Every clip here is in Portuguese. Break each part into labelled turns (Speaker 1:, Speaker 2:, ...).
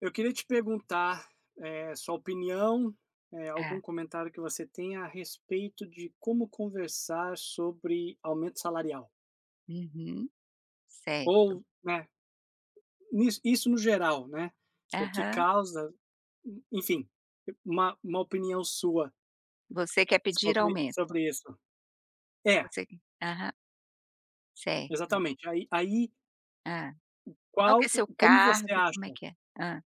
Speaker 1: Eu queria te perguntar, sua opinião, algum
Speaker 2: Tá.
Speaker 1: comentário que você tenha a respeito de como conversar sobre aumento salarial.
Speaker 2: Uhum. Certo.
Speaker 1: Ou, né, nis isso no geral, né, o que
Speaker 2: Aham.
Speaker 1: causa, enfim, uma opinião sua
Speaker 2: Você quer pedir
Speaker 1: sobre
Speaker 2: aumento.
Speaker 1: sobre isso. É,
Speaker 2: Você aham. Certo.
Speaker 1: exatamente. Aí
Speaker 2: ah Qual que é
Speaker 1: qual
Speaker 2: seu
Speaker 1: como você
Speaker 2: cargo? Como é
Speaker 1: acha
Speaker 2: que é? ah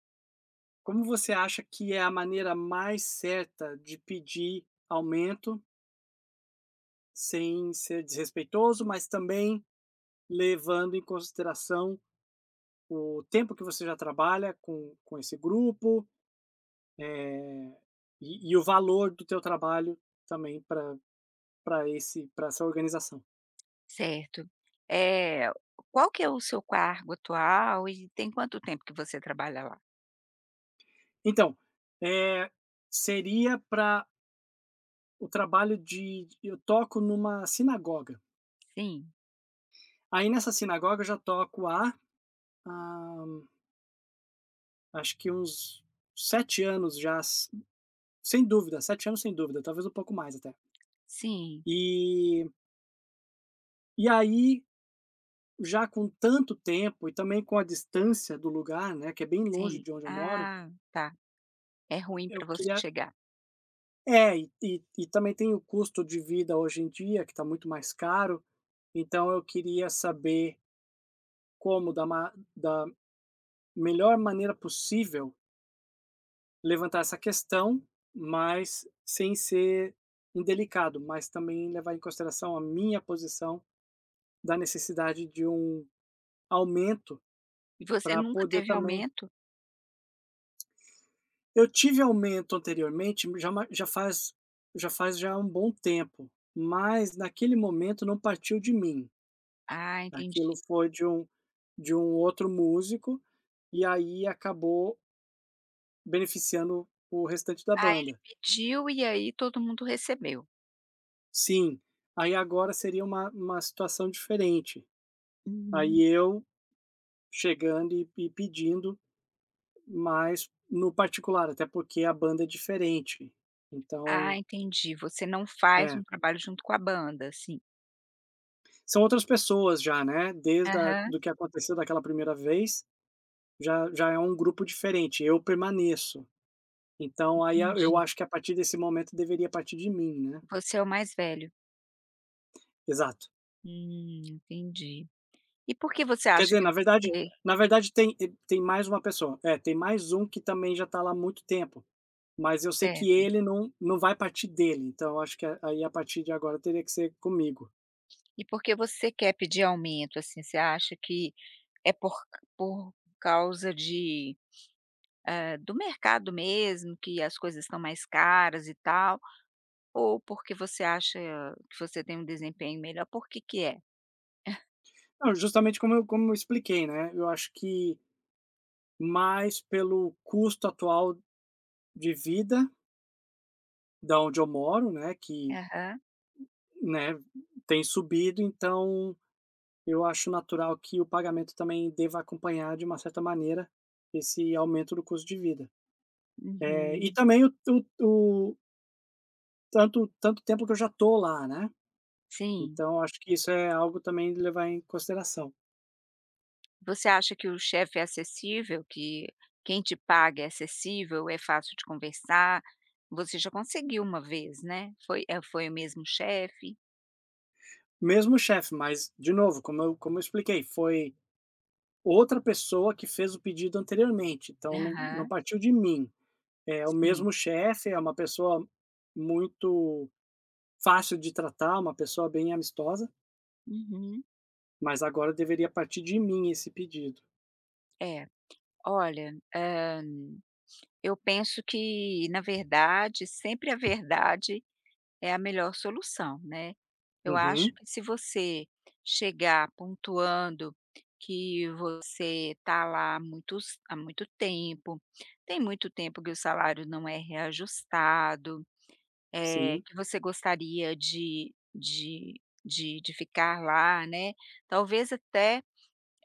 Speaker 1: como você acha que é a maneira mais certa de pedir aumento, sem ser desrespeitoso, mas também levando em consideração o tempo que você já trabalha com esse grupo, eh, e o valor do teu trabalho também para essa organização.
Speaker 2: Certo. é Qual que é o seu cargo atual e tem quanto tempo que você trabalha lá?
Speaker 1: Então, eh, seria para o trabalho de eu toco numa sinagoga.
Speaker 2: Sim,
Speaker 1: Aí nessa sinagoga eu já toco há ah, acho que uns 7 anos já, sem dúvida, 7 anos sem dúvida, talvez um pouco mais até.
Speaker 2: sim,
Speaker 1: E, e aí já com tanto tempo e também com a distância do lugar, né, que é bem longe
Speaker 2: sim.
Speaker 1: de onde eu moro,
Speaker 2: Ah, tá. É ruim para
Speaker 1: eu
Speaker 2: você
Speaker 1: queria
Speaker 2: chegar.
Speaker 1: e também tem o custo de vida hoje em dia que está muito mais caro, então eu queria saber como da melhor maneira possível levantar essa questão, mas sem ser indelicado, mas também levar em consideração a minha posição da necessidade de um aumento
Speaker 2: E você
Speaker 1: para
Speaker 2: nunca
Speaker 1: poder
Speaker 2: teve
Speaker 1: também.
Speaker 2: aumento?
Speaker 1: Eu tive aumento anteriormente, já faz, já um bom tempo, mas naquele momento não partiu de mim,
Speaker 2: Ah,
Speaker 1: aquilo
Speaker 2: entendi.
Speaker 1: foi de um outro músico, e aí acabou beneficiando o restante da
Speaker 2: Ah, ele
Speaker 1: banda.
Speaker 2: pediu e aí todo mundo recebeu.
Speaker 1: Sim, aí agora seria uma situação diferente, aí
Speaker 2: Uhum.
Speaker 1: eu chegando e pedindo mais no particular, até porque a banda é diferente,
Speaker 2: Ah,
Speaker 1: então
Speaker 2: entendi. Você não faz
Speaker 1: é.
Speaker 2: um trabalho junto com a banda, assim?
Speaker 1: São outras pessoas já, né, desde a
Speaker 2: Aham,
Speaker 1: do que aconteceu daquela primeira vez, já é um grupo diferente, eu permaneço. Então aí a eu
Speaker 2: entendi.
Speaker 1: acho que a partir desse momento deveria partir de mim, né.
Speaker 2: Você é o mais velho.
Speaker 1: Exato.
Speaker 2: Entendi. E por que você
Speaker 1: Quer
Speaker 2: acha
Speaker 1: dizer,
Speaker 2: que
Speaker 1: na verdade,
Speaker 2: você
Speaker 1: tem tem mais uma pessoa. É, tem mais um que também já está lá há muito tempo, mas eu sei que
Speaker 2: certo.
Speaker 1: ele não vai partir dele, então eu acho que aí a partir de agora teria que ser comigo.
Speaker 2: E por que você quer pedir aumento, assim? Você acha que é por causa de, hã, do mercado mesmo, que as coisas estão mais caras e tal, ou porque você acha que você tem um desempenho melhor? Por que que é?
Speaker 1: Não, justamente como eu expliquei, né, eu acho que mais pelo custo atual de vida da onde eu moro, né, que,
Speaker 2: Aham.
Speaker 1: né, tem subido, então eu acho natural que o pagamento também deva acompanhar, de uma certa maneira, esse aumento do custo de vida. E
Speaker 2: Uhum.
Speaker 1: também o tanto tempo que eu já estou lá, né,
Speaker 2: Sim.
Speaker 1: então acho que isso é algo também de levar em consideração.
Speaker 2: Você acha que o chefe é acessível, que quem te paga é acessível, é fácil de conversar? Você já conseguiu uma vez, né? Foi foi o mesmo chefe?
Speaker 1: Mesmo o chefe, mas de novo, como eu expliquei, foi outra pessoa que fez o pedido anteriormente, então não
Speaker 2: Aham,
Speaker 1: partiu de mim. É o
Speaker 2: sim.
Speaker 1: mesmo chefe, é uma pessoa muito fácil de tratar, uma pessoa bem amistosa,
Speaker 2: Uhum.
Speaker 1: mas agora deveria partir de mim esse pedido.
Speaker 2: É, olha, hã, eu penso que, na verdade, sempre a verdade é a melhor solução, né. Eu acho
Speaker 1: Uhum,
Speaker 2: que se você chegar pontuando que você está lá há muito tempo, tem muito tempo que o salário não é reajustado,
Speaker 1: sim.
Speaker 2: que você gostaria de ficar lá, né, talvez até,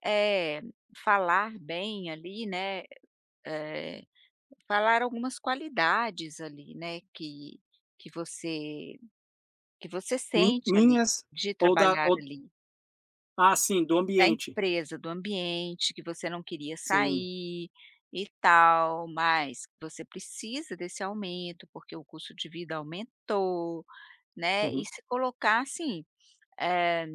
Speaker 2: é falar bem ali, né, eh, falar algumas qualidades ali, né, que você que você
Speaker 1: Mi
Speaker 2: sente ali,
Speaker 1: minhas
Speaker 2: de
Speaker 1: ou da
Speaker 2: trabalhar
Speaker 1: ou
Speaker 2: ali,
Speaker 1: ah, sim, do
Speaker 2: da
Speaker 1: ambiente.
Speaker 2: empresa, do ambiente, que você não queria
Speaker 1: Sim.
Speaker 2: sair e tal, mas você precisa desse aumento, porque o custo de vida aumentou, né, e
Speaker 1: Uhum,
Speaker 2: se colocar assim, eh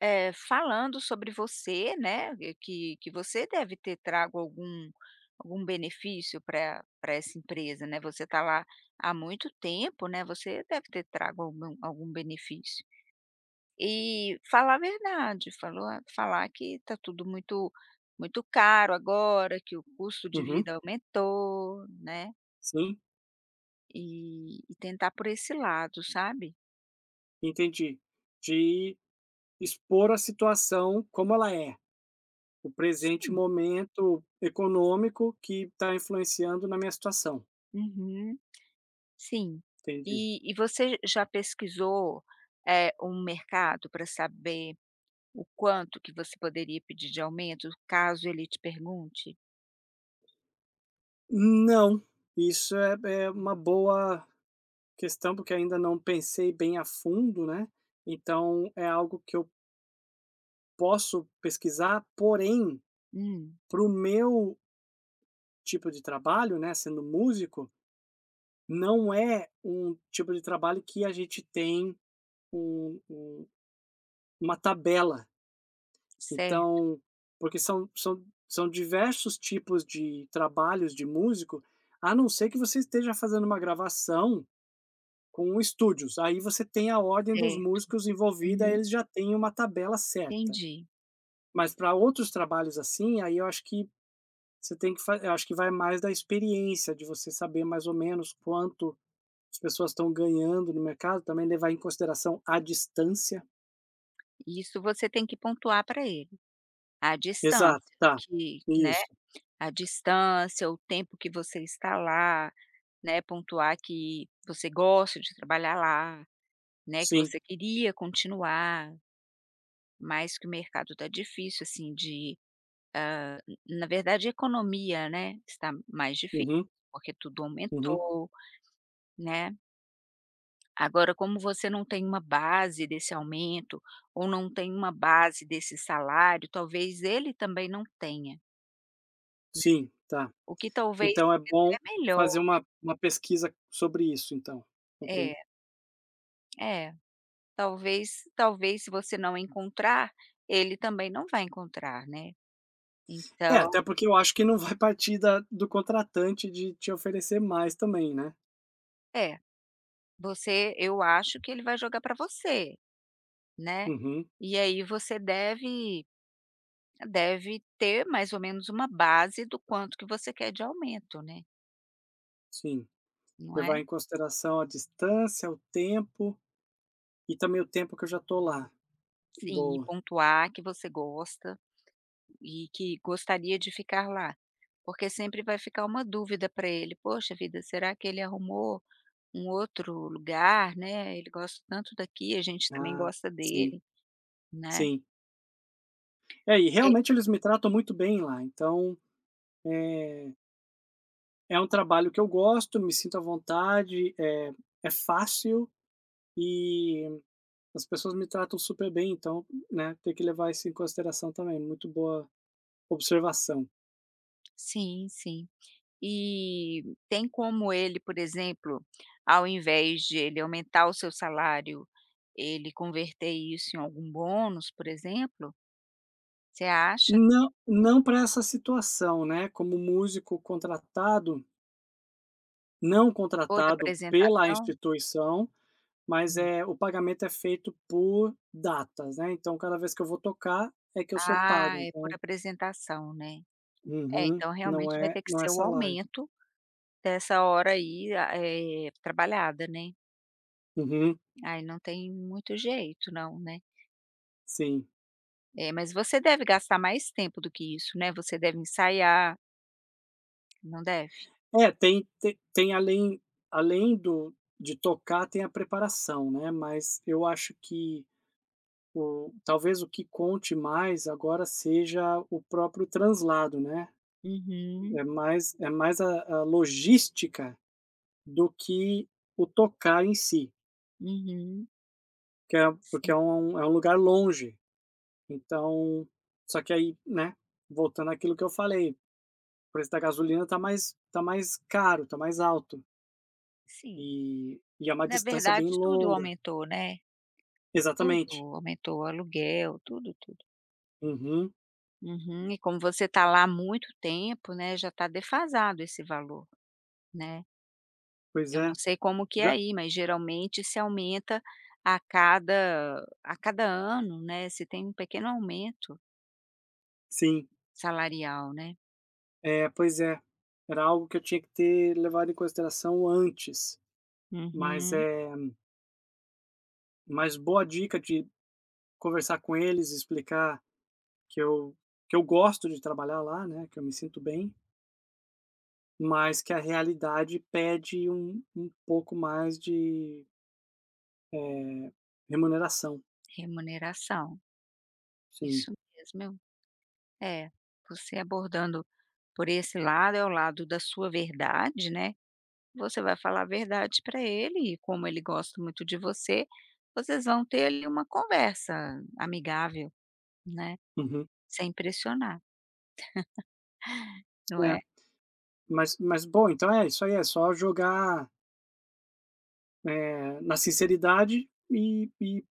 Speaker 2: falando sobre você, né, e que você deve ter trago algum benefício para pra essa empresa, né, você está lá há muito tempo, né, você deve ter trago algum benefício. E falar a verdade, falou falar que tá tudo muito caro agora, que o custo de
Speaker 1: uhum,
Speaker 2: vida aumentou, né,
Speaker 1: sim,
Speaker 2: e tentar por esse lado, sabe.
Speaker 1: entendi. De expor a situação como ela é, o presente
Speaker 2: Sim.
Speaker 1: momento econômico que está influenciando na minha situação.
Speaker 2: Uhum. Sim.
Speaker 1: Entendi.
Speaker 2: E você já pesquisou, um mercado para saber o quanto que você poderia pedir de aumento, caso ele te pergunte?
Speaker 1: Não, isso é uma boa questão, porque ainda não pensei bem a fundo, né, então é algo que eu posso pesquisar, porém,
Speaker 2: Hum,
Speaker 1: para o meu tipo de trabalho, né, sendo músico, não é um tipo de trabalho que a gente tem um um uma tabela.
Speaker 2: certo,
Speaker 1: Então porque são diversos tipos de trabalhos de músico, a não ser que você esteja fazendo uma gravação com estúdios, aí você tem a ordem dos
Speaker 2: certo.
Speaker 1: músicos envolvida,
Speaker 2: Uhum,
Speaker 1: eles já têm uma tabela certa.
Speaker 2: entendi.
Speaker 1: Mas para outros trabalhos assim, aí eu acho que você tem que fa eu acho que vai mais da experiência, de você saber mais ou menos quanto as pessoas estão ganhando no mercado, também levar em consideração a distância.
Speaker 2: Isso você tem que pontuar para ele. A distância
Speaker 1: Exato, tá.
Speaker 2: que, né,
Speaker 1: Isso,
Speaker 2: a distância, o tempo que você está lá, né, pontuar que você gosta de trabalhar lá, né, que
Speaker 1: sim.
Speaker 2: você queria continuar, mas que o mercado tá difícil, assim, de na verdade a economia, né, está mais difícil,
Speaker 1: Uhum,
Speaker 2: porque tudo
Speaker 1: uhum.
Speaker 2: aumentou, né. Agora como você não tem uma base desse aumento, ou não tem uma base desse salário, talvez ele também não tenha,
Speaker 1: Sim, tá.
Speaker 2: o que talvez
Speaker 1: Então é
Speaker 2: fique até
Speaker 1: bom
Speaker 2: melhor.
Speaker 1: fazer uma pesquisa sobre isso então,
Speaker 2: É.
Speaker 1: ok.
Speaker 2: É, talvez se você não encontrar, ele também não vai encontrar, né.
Speaker 1: É,
Speaker 2: Então
Speaker 1: até porque eu acho que não vai partir da do contratante de te oferecer mais também, né.
Speaker 2: é, você eu acho que ele vai jogar para você, né.
Speaker 1: Uhum,
Speaker 2: E aí você deve ter mais ou menos uma base do quanto que você quer de aumento, né,
Speaker 1: sim.
Speaker 2: não
Speaker 1: Levar
Speaker 2: é?
Speaker 1: em consideração a distância, o tempo e também o tempo que eu já tô lá.
Speaker 2: Sim, e
Speaker 1: Boa.
Speaker 2: pontuar que você gosta e que gostaria de ficar lá, porque sempre vai ficar uma dúvida para ele: "Poxa vida, será que ele arrumou um outro lugar, né, ele gosta tanto daqui, a gente também
Speaker 1: Ah,
Speaker 2: gosta
Speaker 1: sim,
Speaker 2: dele, né,
Speaker 1: sim. É, e
Speaker 2: porque
Speaker 1: realmente eles me tratam muito bem lá, então, é é um trabalho que eu gosto, me sinto à vontade, é fácil e as pessoas me tratam super bem, então, né, tem que levar isso em consideração também. Muito boa observação.
Speaker 2: sim, sim. E tem como ele, por exemplo, ao invés de ele aumentar o seu salário, ele converter isso em algum bônus, por exemplo? Você acha?
Speaker 1: Não, não para essa situação, né, como músico contratado, não
Speaker 2: Por
Speaker 1: contratado pela
Speaker 2: apresentação?
Speaker 1: instituição, mas,
Speaker 2: Hum.
Speaker 1: o pagamento é feito por datas, né, então cada vez que eu vou tocar é que eu sou
Speaker 2: Ah,
Speaker 1: pago,
Speaker 2: é por
Speaker 1: então
Speaker 2: apresentação, né. É,
Speaker 1: uhum.
Speaker 2: então
Speaker 1: Não
Speaker 2: realmente vai
Speaker 1: é,
Speaker 2: ter que ser o
Speaker 1: salário.
Speaker 2: aumento dessa hora aí, trabalhada, né.
Speaker 1: Uhum.
Speaker 2: Aí não tem muito jeito não, né.
Speaker 1: Sim.
Speaker 2: É, mas você deve gastar mais tempo do que isso, né, você deve ensaiar, não deve?
Speaker 1: É, tem além do de tocar, tem a preparação, né, mas eu acho que o talvez o que conte mais agora seja o próprio translado, né.
Speaker 2: Uhum,
Speaker 1: É mais a logística do que o tocar em si,
Speaker 2: uhum.
Speaker 1: que é porque
Speaker 2: Sim,
Speaker 1: é um lugar longe, então só que aí, né, voltando àquilo que eu falei, o preço da gasolina está mais caro, está mais alto,
Speaker 2: sim.
Speaker 1: e é uma
Speaker 2: Na
Speaker 1: distância bem
Speaker 2: verdade tudo
Speaker 1: longa.
Speaker 2: aumentou, né, tudo
Speaker 1: Exatamente.
Speaker 2: aumentou, aluguel, tudo, tudo.
Speaker 1: Uhum.
Speaker 2: Uhum. E como você está lá há muito tempo, né, já está defasado esse valor, né.
Speaker 1: Pois
Speaker 2: Eu não
Speaker 1: é.
Speaker 2: sei como que é
Speaker 1: Já,
Speaker 2: aí, mas geralmente se aumenta a cada ano, né, se tem um pequeno aumento
Speaker 1: sim.
Speaker 2: salarial, né.
Speaker 1: É, pois é. Era algo que eu tinha que ter levado em consideração antes, mas,
Speaker 2: Uhum.
Speaker 1: mas boa dica de conversar com eles, explicar que eu que eu gosto de trabalhar lá, né, que eu me sinto bem, mas que a realidade pede um pouco mais de, eh, remuneração.
Speaker 2: Remuneração.
Speaker 1: Sim.
Speaker 2: Isso mesmo. É, você abordando por esse lado, é o lado da sua verdade, né, você vai falar a verdade para ele e como ele gosta muito de você, vocês vão ter ali uma conversa amigável, né,
Speaker 1: Uhum.
Speaker 2: sem pressionar, não é?
Speaker 1: É. Mas bom, então é isso aí, é só jogar, na sinceridade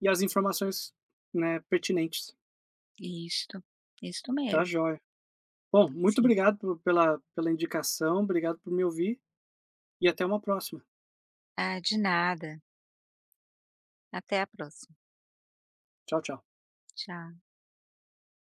Speaker 1: e as informações, né, pertinentes.
Speaker 2: Isto, isto
Speaker 1: Tá
Speaker 2: mesmo.
Speaker 1: joia. Bom, muito
Speaker 2: Sim.
Speaker 1: obrigado pela indicação, obrigado por me ouvir e até uma próxima.
Speaker 2: Ah, de nada. Até a próxima.
Speaker 1: Tchau, tchau.
Speaker 2: Tchau.